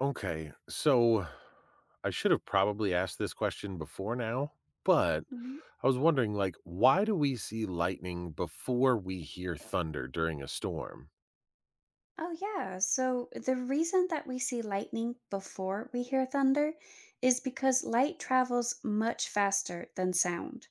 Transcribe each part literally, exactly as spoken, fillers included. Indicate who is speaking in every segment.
Speaker 1: Okay, so I should have probably asked this question before now, but
Speaker 2: Mhm.
Speaker 1: I was wondering, like, why do we see lightning before we hear thunder during a storm?
Speaker 2: Oh, yeah. So the reason that we see lightning before we hear thunder is because light travels much faster than sound.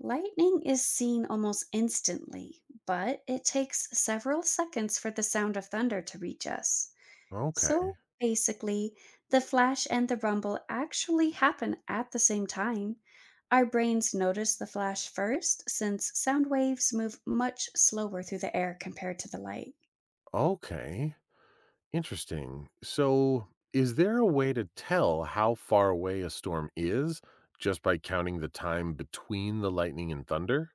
Speaker 2: Lightning is seen almost instantly, but it takes several seconds for the sound of thunder to reach us.
Speaker 1: Okay,
Speaker 2: So basically, the flash and the rumble actually happen at the same time. Our brains notice the flash first since sound waves move much slower through the air compared to the light.
Speaker 1: okay, interesting. So, is there a way to tell how far away a storm is just by counting the time between the lightning and thunder?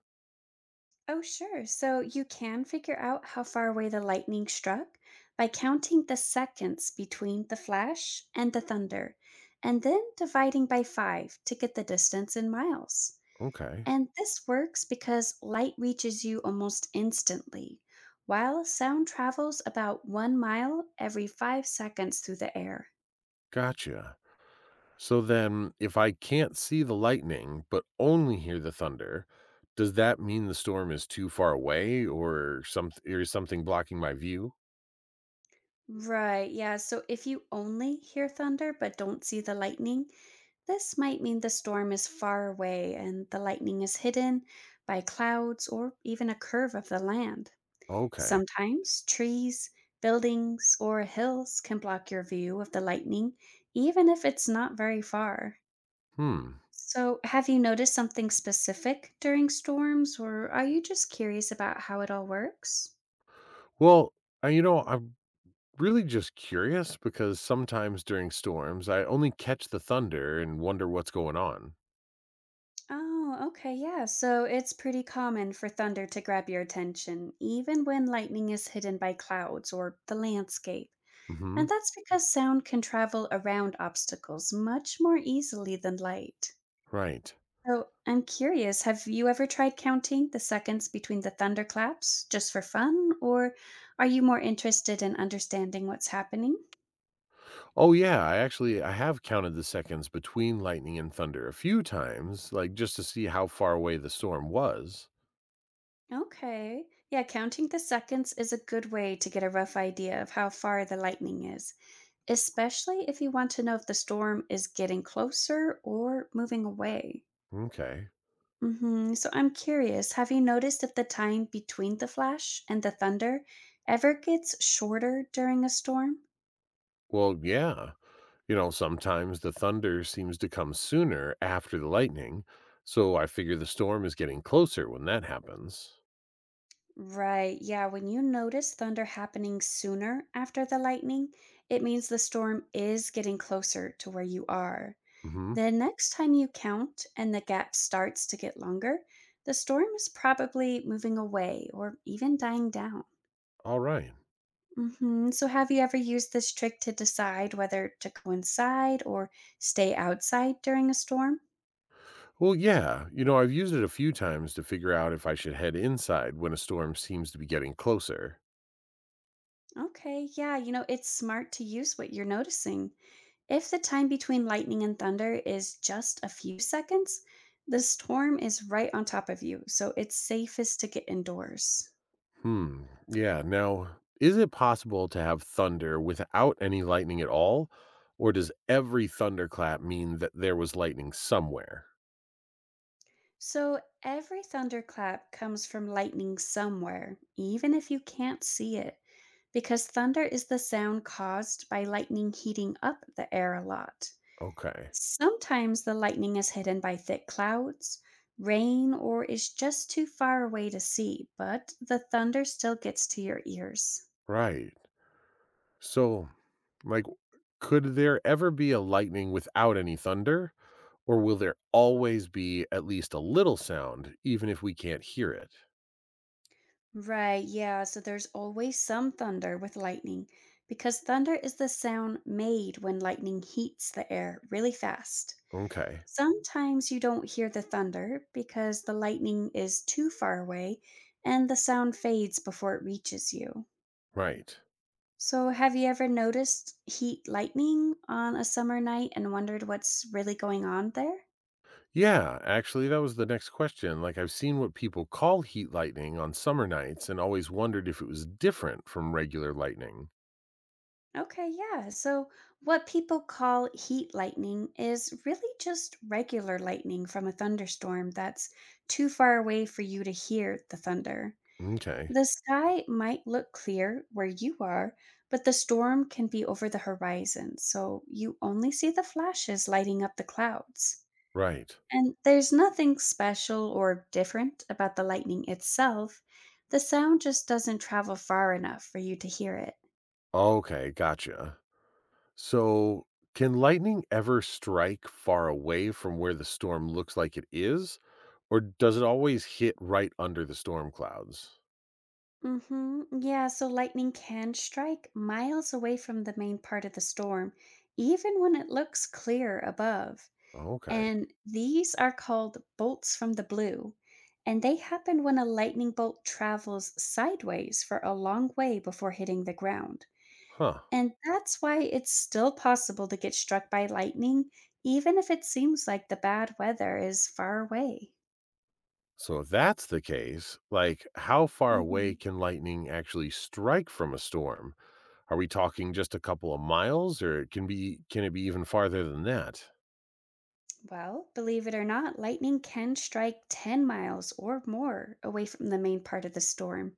Speaker 2: Oh, sure. So you can figure out how far away the lightning struck by counting the seconds between the flash and the thunder, and then dividing by five to get the distance in miles.
Speaker 1: Okay,
Speaker 2: And this works because light reaches you almost instantly, while sound travels about one mile every five seconds through the air.
Speaker 1: gotcha. So then, if I can't see the lightning but only hear the thunder, does that mean the storm is too far away or something or is something blocking my view?
Speaker 2: Right, yeah. So if you only hear thunder but don't see the lightning, this might mean the storm is far away and the lightning is hidden by clouds or even a curve of the land.
Speaker 1: Okay.
Speaker 2: Sometimes trees, buildings, or hills can block your view of the lightning, even if it's not very far.
Speaker 1: Hmm.
Speaker 2: So, have you noticed something specific during storms, or are you just curious about how it all works?
Speaker 1: Well, I, you know, I'm really just curious because sometimes during storms, I only catch the thunder and wonder what's going on.
Speaker 2: Oh, okay, yeah. So it's pretty common for thunder to grab your attention, even when lightning is hidden by clouds or the landscape.
Speaker 1: Mhm.
Speaker 2: And that's because sound can travel around obstacles much more easily than light.
Speaker 1: Right.
Speaker 2: So I'm curious, have you ever tried counting the seconds between the thunderclaps just for fun, or are you more interested in understanding what's happening?
Speaker 1: Oh yeah, I actually I have counted the seconds between lightning and thunder a few times, like just to see how far away the storm was.
Speaker 2: Okay. Yeah, counting the seconds is a good way to get a rough idea of how far the lightning is, especially if you want to know if the storm is getting closer or moving away.
Speaker 1: Okay.
Speaker 2: hmm So I'm curious, have you noticed if the time between the flash and the thunder ever gets shorter during a storm?
Speaker 1: Well, yeah. You know, sometimes the thunder seems to come sooner after the lightning, so I figure the storm is getting closer when that happens.
Speaker 2: Right, yeah, when you notice thunder happening sooner after the lightning, it means the storm is getting closer to where you are.
Speaker 1: hmm
Speaker 2: The next time you count and the gap starts to get longer, the storm is probably moving away or even dying down.
Speaker 1: All right.
Speaker 2: hmm So, have you ever used this trick to decide whether to go inside or stay outside during a storm?
Speaker 1: Well, yeah, you know, I've used it a few times to figure out if I should head inside when a storm seems to be getting closer.
Speaker 2: Okay, yeah, you know, it's smart to use what you're noticing. If the time between lightning and thunder is just a few seconds, the storm is right on top of you, so it's safest to get indoors.
Speaker 1: Hmm. Yeah. Now, is it possible to have thunder without any lightning at all? Or does every thunderclap mean that there was lightning somewhere?
Speaker 2: So, every thunderclap comes from lightning somewhere, even if you can't see it, because thunder is the sound caused by lightning heating up the air a lot.
Speaker 1: Okay.
Speaker 2: Sometimes the lightning is hidden by thick clouds, rain, or is just too far away to see, but the thunder still gets to your ears.
Speaker 1: Right. So, like, could there ever be a lightning without any thunder, or will there always be at least a little sound, even if we can't hear it?
Speaker 2: Right, yeah, so there's always some thunder with lightning because thunder is the sound made when lightning heats the air really fast.
Speaker 1: Okay,
Speaker 2: Sometimes you don't hear the thunder because the lightning is too far away and the sound fades before it reaches you.
Speaker 1: right.
Speaker 2: So, have you ever noticed heat lightning on a summer night and wondered what's really going on there?
Speaker 1: Yeah, actually, that was the next question. Like, I've seen what people call heat lightning on summer nights and always wondered if it was different from regular lightning.
Speaker 2: Okay, yeah. So, what people call heat lightning is really just regular lightning from a thunderstorm that's too far away for you to hear the thunder.
Speaker 1: Okay,
Speaker 2: The sky might look clear where you are, but the storm can be over the horizon, so you only see the flashes lighting up the clouds.
Speaker 1: right.
Speaker 2: And there's nothing special or different about the lightning itself. The sound just doesn't travel far enough for you to hear it.
Speaker 1: Okay, gotcha. So, can lightning ever strike far away from where the storm looks like it is, or does it always hit right under the storm clouds?
Speaker 2: hmm Yeah, so lightning can strike miles away from the main part of the storm, even when it looks clear above.
Speaker 1: Okay.
Speaker 2: And these are called bolts from the blue. And they happen when a lightning bolt travels sideways for a long way before hitting the ground.
Speaker 1: Huh.
Speaker 2: And that's why it's still possible to get struck by lightning, even if it seems like the bad weather is far away.
Speaker 1: So, if that's the case, like how far away
Speaker 2: hmm
Speaker 1: can lightning actually strike from a storm? Are we talking just a couple of miles, or it can be can it be even farther than that?
Speaker 2: Well, believe it or not, lightning can strike ten miles or more away from the main part of the storm.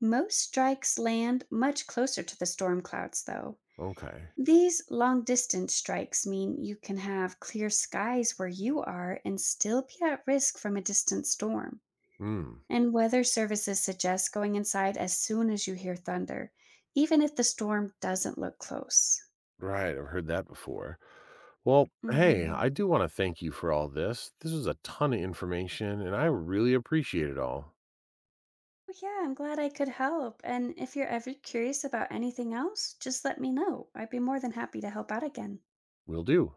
Speaker 2: Most strikes land much closer to the storm clouds, though.
Speaker 1: Okay.
Speaker 2: These long distance strikes mean you can have clear skies where you are and still be at risk from a distant storm.
Speaker 1: Hmm.
Speaker 2: And weather services suggest going inside as soon as you hear thunder, even if the storm doesn't look close.
Speaker 1: Right, I've heard that before. Well, hey,
Speaker 2: hmm
Speaker 1: I do want to thank you for all this. This was a ton of information, and I really appreciate it all.
Speaker 2: Well, yeah, I'm glad I could help. And if you're ever curious about anything else, just let me know. I'd be more than happy to help out again.
Speaker 1: Will do.